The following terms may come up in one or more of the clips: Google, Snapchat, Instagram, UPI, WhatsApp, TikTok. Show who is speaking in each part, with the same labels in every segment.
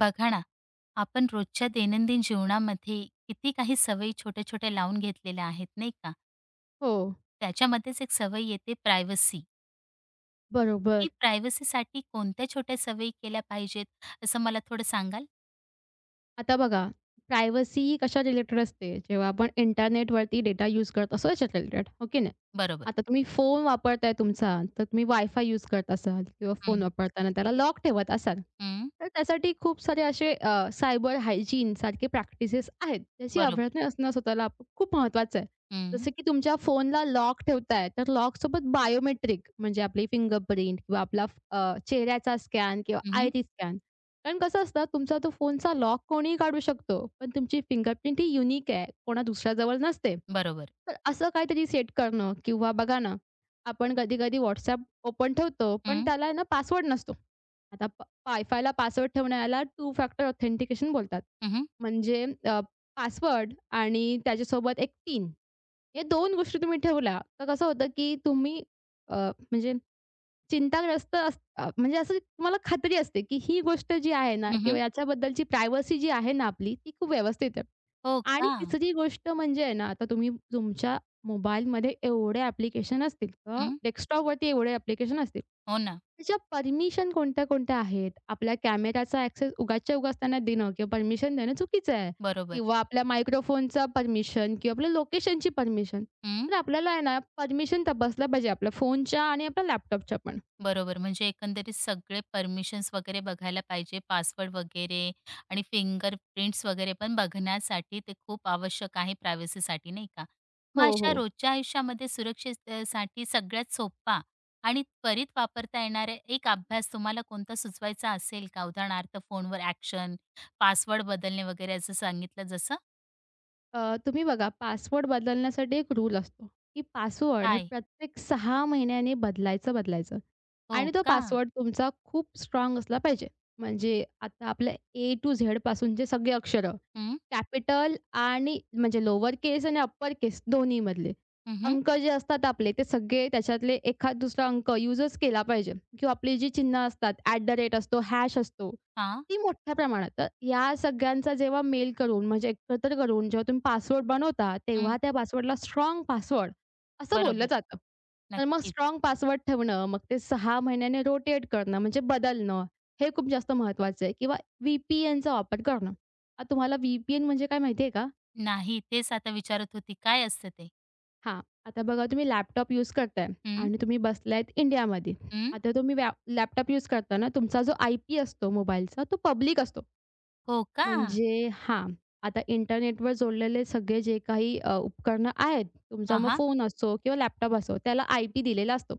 Speaker 1: बघा ना, आपण रोजच्या दैनंदिन जीवनामध्ये किती काही सवयी छोट्या-छोट्या लावून घेतलेल्या आहेत, नाही का?
Speaker 2: हो,
Speaker 1: त्याच्यामध्येच एक सवय येते प्रायव्हसी.
Speaker 2: बरोबर.
Speaker 1: ही प्रायव्हसीसाठी कोणत्या छोट्या सवयी केल्या पाहिजेत, असं मला थोडं सांगाल?
Speaker 2: आता बघा, प्रायव्हसी कशा रिलेटेड असते, जेव्हा आपण इंटरनेटवरती डेटा यूज करत असतो त्याच्या रिलेटेड, हो की नाही?
Speaker 1: बरोबर.
Speaker 2: आता तुम्ही फोन वापरताय तुमचा, तर तुम्ही वायफाय यूज करत असाल किंवा फोन
Speaker 1: हं,
Speaker 2: वापरताना त्याला लॉक ठेवत असाल,
Speaker 1: हं.
Speaker 2: तर त्यासाठी खूप सारे असे सायबर हायजीन सारखे प्रॅक्टिसेस आहेत. त्याची
Speaker 1: बरोबर.
Speaker 2: अभ्यास असणं स्वतःला खूप महत्त्वाचं आहे.
Speaker 1: हं,
Speaker 2: जसं की तुमच्या फोनला लॉक ठेवताय, तर लॉकसोबत बायोमेट्रिक म्हणजे आपली फिंगरप्रिंट किंवा आपला चेहऱ्याचा स्कॅन किंवा
Speaker 1: हं,
Speaker 2: आयटी स्कॅन कारण कसं असतं तुमचा तो फोनचा लॉक कोणीही काढू शकतो, पण तुमची फिंगरप्रिंट ही युनिक आहे, कोणा दुसऱ्याजवळ नसते.
Speaker 1: बरोबर.
Speaker 2: तर असं काहीतरी सेट करणं किंवा बघा ना, आपण कधी-कधी WhatsApp ओपन ठेवतो, पण
Speaker 1: हं,
Speaker 2: त्याला आहे ना पासवर्ड नसतो. आता वायफायला पासवर्ड ठेवण्याला टू फॅक्टर ऑथेंटिकेशन बोलतात.
Speaker 1: हं, हं.
Speaker 2: म्हणजे पासवर्ड आणि त्याच्यासोबत एक पिन. हे 2 गोष्टी तुम्ही ठेवल्या, तर कसं होतं की तुम्ही अ, म्हणजे चिंताग्रस्त अस अ, म्हणजे असं तुम्हाला खात्री असते, की ही गोष्ट जी आहे ना किंवा याच्याबद्दलची प्रायव्हसी जी आहे ना आपली, ती खूप व्यवस्थित आहे.
Speaker 1: हो
Speaker 2: आणि
Speaker 1: का?
Speaker 2: तिसरी गोष्ट म्हणजे आहे ना, आता तुम्ही तुमच्या मोबाईलमध्ये एवढे ॲप्लिकेशन असतील किंवा
Speaker 1: हं.
Speaker 2: डेस्कटॉपवरती एवढे ॲप्लिकेशन असतील.
Speaker 1: हो ना.
Speaker 2: त्याच्या परमिशन कोणत्या-कोणत्या आहेत? आपल्या कॅमेराचा ॲक्सेस उगाचच्या उगाच त्यांना देणं किंवा परमिशन देणं चुकीचं आहे
Speaker 1: बरोबर.
Speaker 2: किंवा आपल्या मायक्रोफोनचा परमिशन किंवा आपल्या लोकेशनची परमिशन. तर आपल्याला आहे ना, परमिशन तपासल्या पाहिजे आपल्या फोनच्या आणि आपल्या लॅपटॉपच्या पण.
Speaker 1: बरोबर. म्हणजे एकंदरीत सगळे परमिशन्स वगैरे बघायला पाहिजे, पासवर्ड वगैरे आणि फिंगरप्रिंट्स वगैरे पण बघण्यासाठी ते खूप आवश्यक आहे प्रायव्हसीसाठी, नाही का? मग
Speaker 2: हो,
Speaker 1: अशा
Speaker 2: हो.
Speaker 1: रोजच्या आयुष्यामध्ये सुरक्षित साठी सगळ्यात सोपा आणि त्वरित वापरता येणारा एक अभ्यास तुम्हाला कोणता सुचवायचा असेल का? उदाहरणार्थ फोनवर ॲक्शन, पासवर्ड बदलणे वगैरे असं सांगितलं जसं?
Speaker 2: तुम्ही बघा पासवर्ड बदलण्यासाठी एक रूल असतो, की पासवर्ड हे
Speaker 1: काय?
Speaker 2: प्रत्येक 6 महिन्याने बदलायचं.
Speaker 1: हो
Speaker 2: आणि तो
Speaker 1: का?
Speaker 2: पासवर्ड तुमचा खूप स्ट्रॉंग असला पाहिजे. म्हणजे आता आपल्या ए टू झेड पासूनचे सगळे अक्षरं,
Speaker 1: हं,
Speaker 2: कॅपिटल आणि म्हणजे लोअर केस आणि अप्पर केस दोन्हीमधले.
Speaker 1: हं, हं.
Speaker 2: अंक जे असतात आपले ते सगळे त्याच्यातले एखाद दुसरा अंक यूजच केला पाहिजे किंवा आपली जी चिन्ह असतात, ॲट द रेट असतो, हॅश असतो, ती मोठ्या प्रमाणात. तर या सगळ्यांचा जेव्हा मेल करून म्हणजे एकत्र करून जेव्हा तुम्ही पासवर्ड बनवता,
Speaker 1: हं.
Speaker 2: तेव्हा त्या पासवर्डला स्ट्राँग पासवर्ड असं बोललं
Speaker 1: बरोबर.
Speaker 2: जातं. तर मग
Speaker 1: नक्कीच.
Speaker 2: स्ट्राँग पासवर्ड ठेवणं, मग ते 6 महिन्यांनी रोटेट करणं म्हणजे बदलणं, हे खूप जास्त महत्त्वाचं आहे किंवा व्ही-पी-एनचा वापर करणं. आता तुम्हाला व्ही-पी-एन म्हणजे काय माहिती आहे का?
Speaker 1: नाही, तेच आता विचारत होती. काय असतं ते?
Speaker 2: हां, आता बघा तुम्ही लॅपटॉप यूज करताय
Speaker 1: हं,
Speaker 2: आणि तुम्ही बसलायत इंडियामध्ये.
Speaker 1: हं.
Speaker 2: आता तुम्ही लॅपटॉप यूज करताना तुमचा जो आय-पी असतो मोबाईलचा तो पब्लिक असतो.
Speaker 1: हो का?
Speaker 2: म्हणजे हां. आता इंटरनेटवर जोडलेले सगळे जे काही उपकरणं आहेत, तुमचा
Speaker 1: हां,
Speaker 2: मग
Speaker 1: हां.
Speaker 2: फोन असो किंवा लॅपटॉप असो, त्याला आय-पी दिलेला असतो.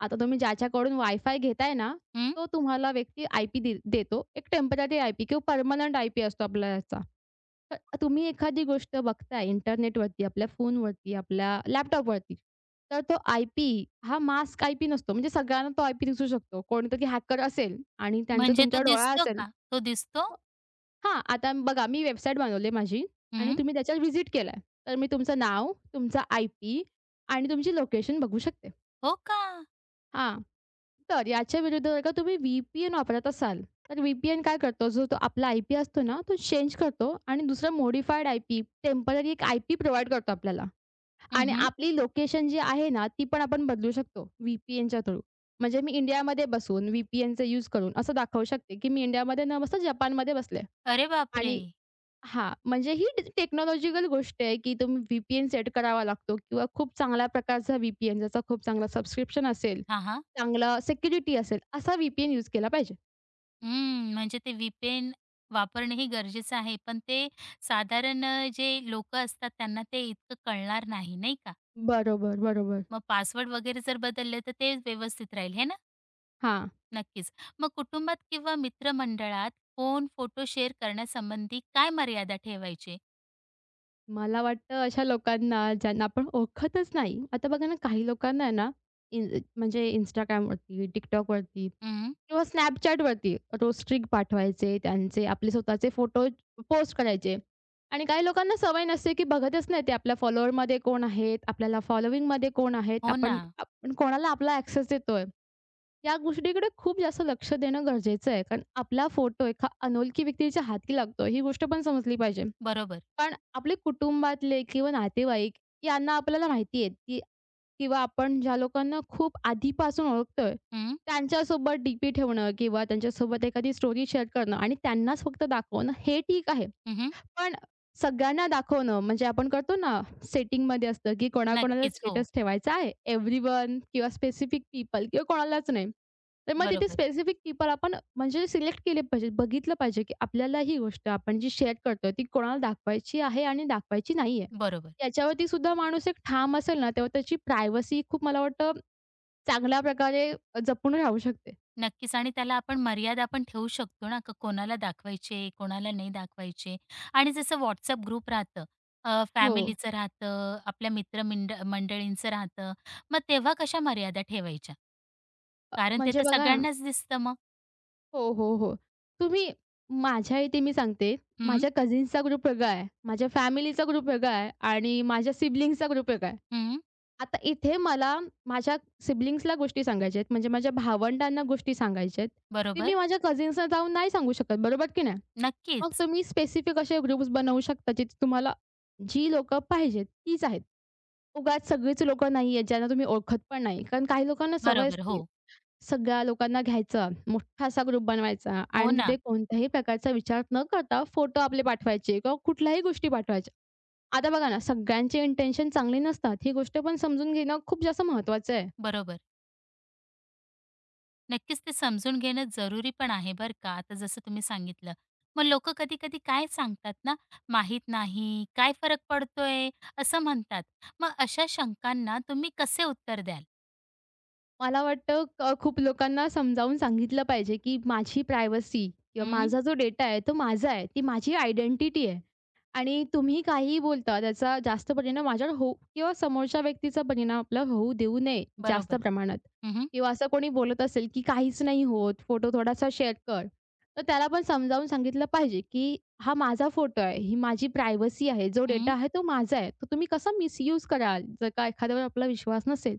Speaker 2: आता तुम्ही ज्याच्याकडून वाय-फाय घेताय ना,
Speaker 1: हं.
Speaker 2: तो तुम्हाला व्यक्ती आय-पी देतो. एक टेम्पररी आय-पी किंवा पर्मनंट आय-पी असतो आपला याचा. तर तुम्ही एखादी गोष्ट बघताय इंटरनेटवरती, आपल्या फोनवरती, आपल्या लॅपटॉपवरती, तर तो आय-पी हा मास्क आय-पी नसतो. म्हणजे सगळ्यांना तो आय-पी दिसू शकतो. कोणीतरी हॅकर असेल आणि त्यांचा
Speaker 1: म्हणजे तो
Speaker 2: तुमच्यावर डोळा
Speaker 1: दिसतो
Speaker 2: असेल
Speaker 1: का? तो दिसतो?
Speaker 2: हां, आता बघा मी वेबसाईट बनवली माझी आणि
Speaker 1: हं.
Speaker 2: तुम्ही त्याच्यावर व्हिजिट केलाय. तर मी तुमचं नाव, तुमचा आय-पी आणि तुमची लोकेशन बघू शकते.
Speaker 1: हो का?
Speaker 2: हां, तर याच्या विरुद्ध जर का तुम्ही व्ही-पी-एन वापरत असाल, तर व्ही-पी-एन काय करतो, जो तो आपला आय-पी असतो ना, तो चेंज करतो आणि दुसरा मॉडिफाईड आय-पी, टेम्पररी एक आय-पी प्रोव्हाईड करतो आपल्याला
Speaker 1: हं,
Speaker 2: आणि
Speaker 1: हं.
Speaker 2: आपली लोकेशन जी आहे ना, ती पण आपण बदलू शकतो व्ही-पी-एनच्या थ्रू. म्हणजे मी इंडियामध्ये बसून व्ही-पी-एनचा यूज करून असं दाखवू शकते, की मी इंडियामध्ये न बसता जपानमध्ये बसले
Speaker 1: अरे बापरे!
Speaker 2: आणि हां, म्हणजे ही टेक्नॉलॉजिकल गोष्ट आहे, की तुम्ही व्ही सेट करावा लागतो किंवा खूप चांगल्या प्रकारचा व्ही-पी-एन ज्याचा खूप चांगला सबस्क्रिप्शन असेल,
Speaker 1: हां, हां.
Speaker 2: चांगला सिक्युरिटी असेल, असा व्ही यूज केला पाहिजे.
Speaker 1: हं. म्हणजे ते VPN वापरणेही गरजेचं आहे. पण ते साधारण जे लोकं असतात त्यांना ते इतकं कळणार नाही, नाही का?
Speaker 2: बरोबर, बरोबर.
Speaker 1: मग पासवर्ड वगैरे जर बदलले तर ते व्यवस्थित राहील, हे ना?
Speaker 2: हां,
Speaker 1: नक्कीच. मग कुटुंबात किंवा मित्रमंडळात फोन, फोटो शेअर करण्यासंबंधी काय मर्यादा ठेवायची?
Speaker 2: मला वाटतं अशा लोकांना ज्यांना आपण ओळखतच नाही. आता बघा ना, काही लोकांना आहे ना, इन म्हणजे Instagramवरती, TikTokवरती
Speaker 1: हं.
Speaker 2: किंवा Snapchatवरती रोज पाठवायचे, त्यांचे आपले स्वतःचे फोटो पोस्ट करायचे आणि काही लोकांना सवय नसते, की बघतच नाही ते आपल्या फॉलोअरमध्ये कोण आहेत, आपल्याला फॉलोइंगमध्ये कोण आहेत,
Speaker 1: हो ना.
Speaker 2: आपण आपण कोणाला आपला ॲक्सेस देतोय. या गोष्टीकडे खूप जास्त लक्ष देणं गरजेचं आहे. कारण आपला फोटो एका अनोळखी व्यक्तीच्या हाती लागतो, ही गोष्ट पण समजली पाहिजे.
Speaker 1: बरोबर.
Speaker 2: पण आपले कुटुंबातले किंवा नातेवाईक यांना आपल्याला माहिती आहे, की किंवा आपण ज्या लोकांना खूप आधीपासून ओळखतोय,
Speaker 1: हं.
Speaker 2: त्यांच्यासोबत डी-पी ठेवणं किंवा त्यांच्यासोबत एखादी स्टोरी शेअर करणं आणि त्यांनाच फक्त दाखवणं हे ठीक आहे.
Speaker 1: हं, हं.
Speaker 2: पण सगळ्यांना दाखवणं म्हणजे आपण करतो ना, सेटिंगमध्ये असतं, की कोणाकोणाला
Speaker 1: नक्कीच. हो.
Speaker 2: स्टेटस ठेवायचा आहे. एव्हरीवन किंवा स्पेसिफिक पीपल किंवा कोणालाच नाही. तर मग तिथे
Speaker 1: बरोबर,
Speaker 2: स्पेसिफिक पीपल आपण म्हणजे सिलेक्ट केले पाहिजे. बघितलं पाहिजे, की आपल्याला ही गोष्ट आपण जी शेअर करतोय ती कोणाला दाखवायची आहे आणि दाखवायची नाहीये.
Speaker 1: बरोबर.
Speaker 2: याच्यावरती सुद्धा माणूस एक ठाम असेल ना, तेव्हा त्याची प्रायव्हसी खूप मला वाटतं चांगल्या प्रकारे जपून राहू शकते.
Speaker 1: नक्कीच आणि त्याला आपण मर्यादा पण ठेवू शकतो ना, का कोणाला दाखवायचे, कोणाला नाही दाखवायचे. आणि जसं WhatsApp ग्रुप राहतं,
Speaker 2: हो.
Speaker 1: फॅमिलीचं राहतं, आपल्या मंडळींचं राहतं. मग तेव्हा कशा मर्यादा ठेवायच्या? कारण ते
Speaker 2: म्हणजे
Speaker 1: तर
Speaker 2: बघा ना
Speaker 1: सगळ्यांनाच दिसतं मग.
Speaker 2: हो. तुम्ही माझ्या इथे मी सांगते,
Speaker 1: हं,
Speaker 2: माझ्या कझिन्सचा ग्रुप वेगळा आहे, माझ्या फॅमिलीचा ग्रुप वेगळा आहे आणि माझ्या सिबलिंग्सचा ग्रुप वेगळा आहे.
Speaker 1: हं.
Speaker 2: आता इथे मला माझ्या सिबलिंग्सला गोष्टी सांगायच्या आहेत, म्हणजे माझ्या भावंडांना गोष्टी सांगायच्या आहेत. ते
Speaker 1: बरोबर.
Speaker 2: मी माझ्या कझिन्सला जाऊन नाही सांगू शकत, बरोबर की नाही? मग
Speaker 1: नक्कीच.
Speaker 2: तुम्ही स्पेसिफिक असे ग्रुप्स बनवू शकता, जिथे तुम्हाला जी लोकं पाहिजेत तीच आहेत. उगाच सगळीच लोकं नाही आहेत, ज्यांना तुम्ही ओळखत पण नाही. कारण काही लोकांना सवय
Speaker 1: बरोबर.
Speaker 2: असते.
Speaker 1: हो.
Speaker 2: सगळ्या लोकांना घ्यायचा, मोठा असा ग्रुप बनवायचा
Speaker 1: हो
Speaker 2: आणि
Speaker 1: ना.
Speaker 2: तिथे कोणत्याही प्रकारचा विचार न करता फोटो आपले पाठवायचे किंवा कुठल्याही गोष्टी पाठवायच्या. आता बघा ना, सगळ्यांची इंटेन्शन चांगली नसतात. ही गोष्ट पण समजून घेणं खूप जास्त महत्त्वाचं आहे.
Speaker 1: बरोबर. नक्कीच ते समजून घेणं जरुरी पण आहे बरं का. आता जसं तुम्ही सांगितलं. मग लोकं कधी-कधी काय सांगतात ना, "माहीत नाही, काय फरक पडतोय?" असं म्हणतात. मग अशा शंकांना तुम्ही कसे उत्तर द्याल?
Speaker 2: मला वाटतं खूप लोकांना समजावून सांगितलं पाहिजे, की माझी प्रायव्हसी किंवा
Speaker 1: हं,
Speaker 2: माझा जो डेटा आहे, तो माझा आहे. ती माझी आयडेंटिटी आहे. आणि तुम्ही काहीही बोलता त्याचा जास्त परिणाम माझ्यावर होऊ किंवा समोरच्या व्यक्तीचा परिणाम आपला होऊ देऊ नये जास्त
Speaker 1: बरोबर.
Speaker 2: प्रमाणात.
Speaker 1: हं, हं.
Speaker 2: किंवा असं कोणी बोलत असेल, की "काहीच नाही होत, फोटो थोडासा शेअर कर." तर त्याला पण समजावून सांगितलं पाहिजे, की "हा माझा फोटो आहे, ही माझी प्रायव्हसी आहे. जो डेटा आहे तो माझा आहे. तो तुम्ही कसा मिसयूज कराल?" जर का एखाद्यावर आपला विश्वास नसेल,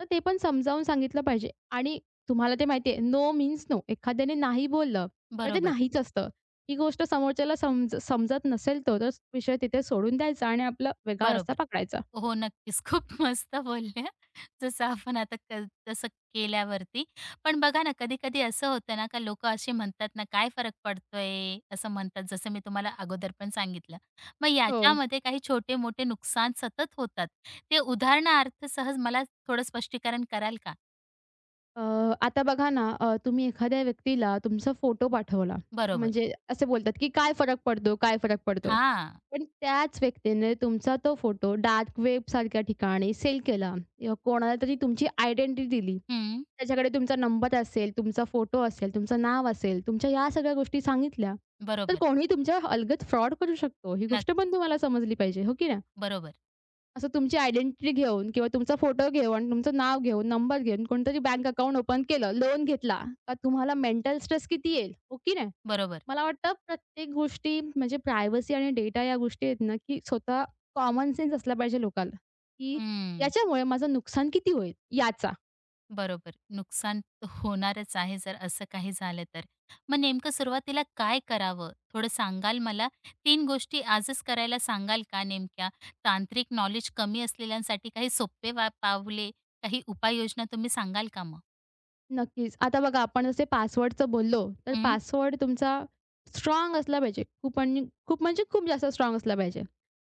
Speaker 2: तर ते पण समजावून सांगितलं पाहिजे. आणि तुम्हाला ते माहिती आहे, नो मीन्स नो. एखाद्याने नाही बोललं, तर ते
Speaker 1: बरोबर,
Speaker 2: नाहीच असतं. ही गोष्ट समोरच्याला समजत नसेल तो तर विषय तिथे सोडून द्यायचा आणि आपला वेगळा रस्ता
Speaker 1: बरोबर.
Speaker 2: पकडायचा.
Speaker 1: हो, नक्कीच. खूप मस्त बोलल्या. जसं आपण आता तसं केल्यावरती. पण बघा ना, कधी-कधी असं होतं ना, का लोकं असे म्हणतात ना, "काय फरक पडतोय?" असं म्हणतात, जसं मी तुम्हाला अगोदर पण सांगितलं. मग
Speaker 2: हो.
Speaker 1: याच्यामध्ये काही छोटे-मोठे नुकसान सतत होतात. ते उदाहरणार्थ सहज मला थोडं स्पष्टीकरण कराल का?
Speaker 2: अ, आता बघा ना, तुम्ही एखाद्या व्यक्तीला तुमचा फोटो पाठवला.
Speaker 1: बरोबर.
Speaker 2: म्हणजे असे बोलतात, की काय फरक पडतो, काय फरक पडतो?
Speaker 1: हां.
Speaker 2: पण त्याच व्यक्तीने तुमचा तो फोटो डार्क वेबसारख्या ठिकाणी सेल केला किंवा कोणाला तरी तुमची आयडेंटिटी दिली.
Speaker 1: हं.
Speaker 2: त्याच्याकडे तुमचा नंबर असेल, तुमचा फोटो असेल, तुमचं नाव असेल, तुमच्या या सगळ्या गोष्टी सांगितल्या, तर
Speaker 1: बरोबर.
Speaker 2: कोणीही तुमच्या अलगद फ्रॉड करू शकतो. ही
Speaker 1: नक्क
Speaker 2: गोष्ट पण तुम्हाला समजली पाहिजे, हो की नाही?
Speaker 1: बरोबर,
Speaker 2: असं तुमची आयडेंटिटी घेऊन किंवा तुमचा फोटो घेऊन, तुमचं नाव घेऊन, नंबर घेऊन कोणतरी बँक अकाउंट ओपन केलं, लोन घेतला, का तुम्हाला मेंटल स्ट्रेस किती येईल, हो की नाही?
Speaker 1: बरोबर.
Speaker 2: मला वाटतं प्रत्येक गोष्टी म्हणजे प्रायव्हसी आणि डेटा या गोष्टी आहेत ना, की स्वतः कॉमन सेन्स असला पाहिजे लोकाला, की
Speaker 1: हं.
Speaker 2: याच्यामुळे माझं नुकसान किती होईल याचा.
Speaker 1: बरोबर. नुकसान होणारच आहे जर असं काही झालं तर. मग नेमकं सुरुवातीला काय करावं? थोडं सांगाल मला? तीन गोष्टी आजच करायला सांगाल का नेमक्या? तांत्रिक नॉलेज कमी असलेल्यांसाठी काही सोपे वा पावले, काही उपाययोजना तुम्ही सांगाल का मग?
Speaker 2: नक्कीच. आता बघा आपण जसे पासवर्डचं बोललो, तर
Speaker 1: हं,
Speaker 2: पासवर्ड तुमचा स्ट्राँग असला पाहिजे. खूप आणि खूप म्हणजे खूप जास्त स्ट्राँग असला पाहिजे.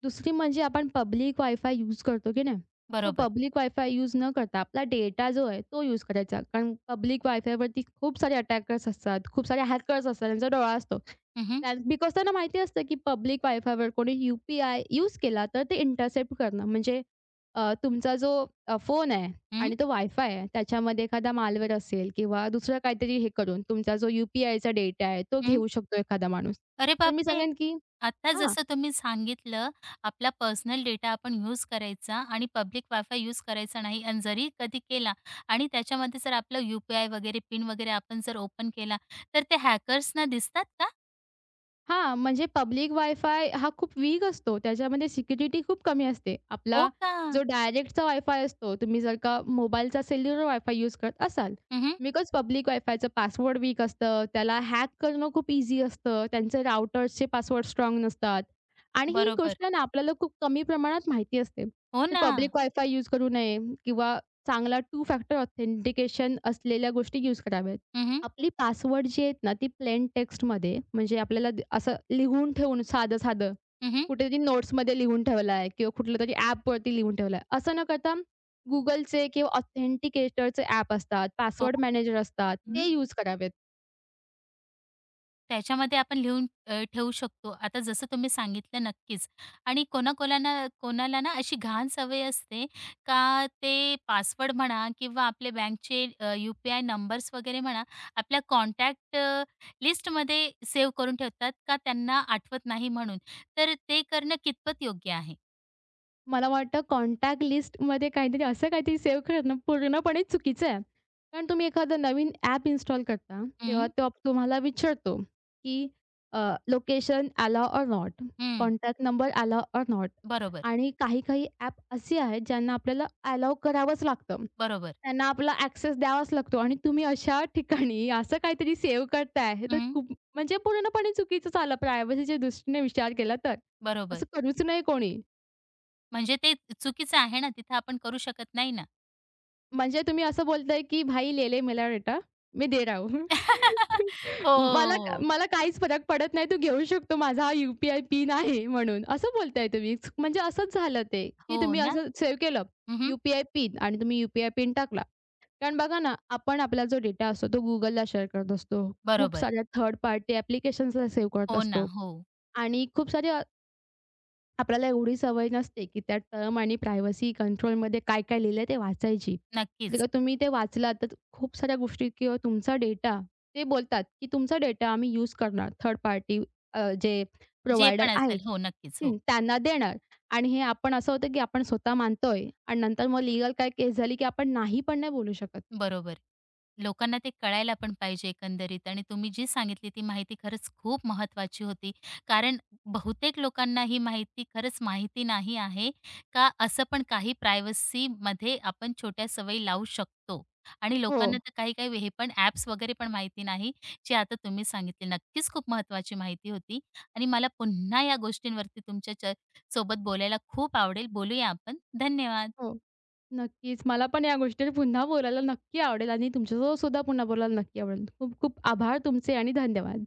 Speaker 2: दुसरी म्हणजे आपण पब्लिक वायफाय यूज करतो की नाही, तो
Speaker 1: बरोबर.
Speaker 2: पब्लिक वायफाय यूज न करता आपला डेटा जो आहे तो यूज करायचा. कारण पब्लिक वायफायवरती खूप सारे अटॅकर्स असतात, खूप सारे हॅकर्स असतात, त्यांचा डोळा असतो.
Speaker 1: हं, हं.
Speaker 2: बिकॉज त्यांना माहिती असतं की पब्लिक वायफायवर कोणी यू-पी-आय यूज केला तर ते इंटरसेप्ट करणं म्हणजे तुमचा जो फोन आहे
Speaker 1: हं,
Speaker 2: आणि तो वायफाय आहे, त्याच्यामध्ये एखादा मालवेअर असेल किंवा दुसरं काहीतरी हे करून तुमचा जो यू-पी-आयचा डेटा आहे, तो
Speaker 1: हं.
Speaker 2: घेऊ शकतो एखादा माणूस.
Speaker 1: अरे
Speaker 2: तर मी
Speaker 1: बापरे!
Speaker 2: सांगेन की
Speaker 1: आता
Speaker 2: हां,
Speaker 1: जसं तुम्ही सांगितलं, आपला पर्सनल डेटा आपण यूज करायचा आणि पब्लिक वायफाय यूज करायचा नाही आणि जरी कधी केला आणि त्याच्यामध्ये जर आपलं यू-पी-आय वगैरे पिन वगैरे आपण जर ओपन केला, तर ते हॅकर्सना दिसतात का?
Speaker 2: हां, म्हणजे पब्लिक वायफाय हा खूप वीक असतो. त्याच्यामध्ये सिक्युरिटी खूप कमी असते.
Speaker 1: हो
Speaker 2: आपला
Speaker 1: का?
Speaker 2: जो डायरेक्टचा वायफाय असतो, तुम्ही जर का मोबाईलचा सेल्युलर वायफाय यूज करत असाल.
Speaker 1: हं,
Speaker 2: बिकॉज पब्लिक वायफायचं पासवर्ड वीक असतं. त्याला हॅक करणं खूप ईझी असतं. त्यांचे राउटर्सचे पासवर्ड स्ट्राँग नसतात. आणि ही
Speaker 1: बरोबर.
Speaker 2: गोष्ट ना आपल्याला खूप कमी प्रमाणात माहिती असते.
Speaker 1: हो
Speaker 2: तर
Speaker 1: ना.
Speaker 2: पब्लिक वायफाय यूज करू नये किंवा चांगला टू फॅक्टर ऑथेंटिकेशन असलेल्या गोष्टी यूज कराव्यात.
Speaker 1: हं, हं.
Speaker 2: आपली पासवर्ड जी आहेत ना, ती प्लेन टेक्स्टमध्ये म्हणजे आपल्याला असं लिहून ठेवून साधं-साधं कुठेतरी नोट्समध्ये लिहून ठेवला आहे किंवा कुठल्यातरी ॲपवरती लिहून ठेवला आहे. असं न करता Googleचे किंवा ऑथेंटिकेटरचे ॲप असतात,
Speaker 1: हो.
Speaker 2: पासवर्ड मॅनेजर असतात, ते यूज करावेत.
Speaker 1: त्याच्यामध्ये आपण लिहून ठेवू शकतो. आता जसं तुम्ही सांगितलं नक्कीच आणि कोणाकोणाला ना कोणाला ना अशी घाण सवय असते का ते पासवर्ड म्हणा किंवा आपले बँकचे यू-पी-आय नंबर्स वगैरे म्हणा, आपल्या कॉन्टॅक्ट लिस्टमध्ये सेव्ह करून ठेवतात का त्यांना आठवत नाही म्हणून. तर ते करणं कितपत योग्य आहे?
Speaker 2: मला वाटतं कॉन्टॅक्ट लिस्टमध्ये काहीतरी असं काहीतरी सेव्ह करणं पूर्णपणे चुकीचं आहे. कारण तुम्ही एखादं नवीन ॲप इन्स्टॉल करता,
Speaker 1: हं,
Speaker 2: तेव्हा तो तुम्हाला विचारतो, की लोकेशन अलाऊ और नॉट,
Speaker 1: हं.
Speaker 2: कॉन्टॅक्ट नंबर अलाऊ और नॉट
Speaker 1: बरोबर,
Speaker 2: आणि काही-काही ॲप असे आहेत, ज्यांना आपल्याला अलाऊ करावंच लागतं.
Speaker 1: बरोबर.
Speaker 2: त्यांना आपला ॲक्सेस द्यावाच लागतो आणि तुम्ही अशा ठिकाणी असं काहीतरी सेव्ह करताय, हे तर
Speaker 1: हं,
Speaker 2: खूप म्हणजे पूर्णपणे चुकीचं झालं प्रायव्हसीच्या दृष्टीने विचार केला तर.
Speaker 1: बरोबर.
Speaker 2: असं करूच नये कोणी.
Speaker 1: म्हणजे ते चुकीचं आहे ना, तिथं आपण करू शकत नाही ना.
Speaker 2: म्हणजे तुम्ही असं बोलताय, की "भाई लेले ले मेरा बेटा, दे रहा हूं" मला
Speaker 1: हो.
Speaker 2: मला काहीच फरक पडत नाही. तू घेऊ शकतो. माझा हा यू-पी-आय पिन आहे म्हणून. असं बोलताय तुम्ही. म्हणजे असंच झालं ते,
Speaker 1: हो
Speaker 2: की
Speaker 1: हो
Speaker 2: तुम्ही
Speaker 1: ना?
Speaker 2: असं सेव्ह केलं
Speaker 1: हं,
Speaker 2: यू पी पिन आणि तुम्ही यू पिन टाकला. कारण बघा ना, आपण आपला जो डेटा असतो तो Googleला शेअर करत असतो. खूप
Speaker 1: बरोबर.
Speaker 2: साऱ्या थर्ड पार्टी ॲप्लिकेशन्सला सेव्ह करत
Speaker 1: हो ना.
Speaker 2: असतो
Speaker 1: हो.
Speaker 2: आणि खूप सारे आपल्याला एवढी सवय नसते, की त्या टर्म आणि प्रायव्हसी कंट्रोलमध्ये काय-काय लिहिलंय ते वाचायची.
Speaker 1: नक्कीच.
Speaker 2: जर तुम्ही ते वाचलात, तर खूप साऱ्या गोष्टी किंवा तुमचा डेटा ते बोलतात, की तुमचा डेटा आम्ही यूज करणार. थर्ड पार्टी जे
Speaker 1: जे
Speaker 2: प्रोव्हायडर
Speaker 1: पण
Speaker 2: आहेत
Speaker 1: असेल. हो, नक्कीच.
Speaker 2: हं,
Speaker 1: हो.
Speaker 2: त्यांना देणार आणि हे आपण असं होतं, की आपण स्वतः मानतोय आणि नंतर मग लीगल काय केस झाली, की आपण नाही पण नाही बोलू शकत.
Speaker 1: बरोबर. लोकांना ते कळायला पण पाहिजे एकंदरीत आणि तुम्ही जी सांगितली ती माहिती खरंच खूप महत्वाची होती. कारण बहुतेक लोकांना ही माहिती खरंच माहिती नाही आहे का असं पण काही प्रायव्हसीमध्ये आपण छोट्या सवयी लावू शकतो आणि
Speaker 2: हो,
Speaker 1: लोकांना तर काही-काही हे पण ॲप्स वगैरे पण माहिती नाही, जे आता तुम्ही सांगितले. नक्कीच खूप महत्वाची माहिती होती आणि मला पुन्हा या गोष्टींवरती तुमच्या सोबत बोलायला खूप आवडेल. बोलूया आपण. धन्यवाद.
Speaker 2: हो. नक्कीच. मला पण या गोष्टीवर पुन्हा बोलायला नक्की आवडेल आणि तुमच्यासोबत सुद्धा पुन्हा बोलायला नक्की आवडेल. खूप खूप आभार तुमचे आणि धन्यवाद.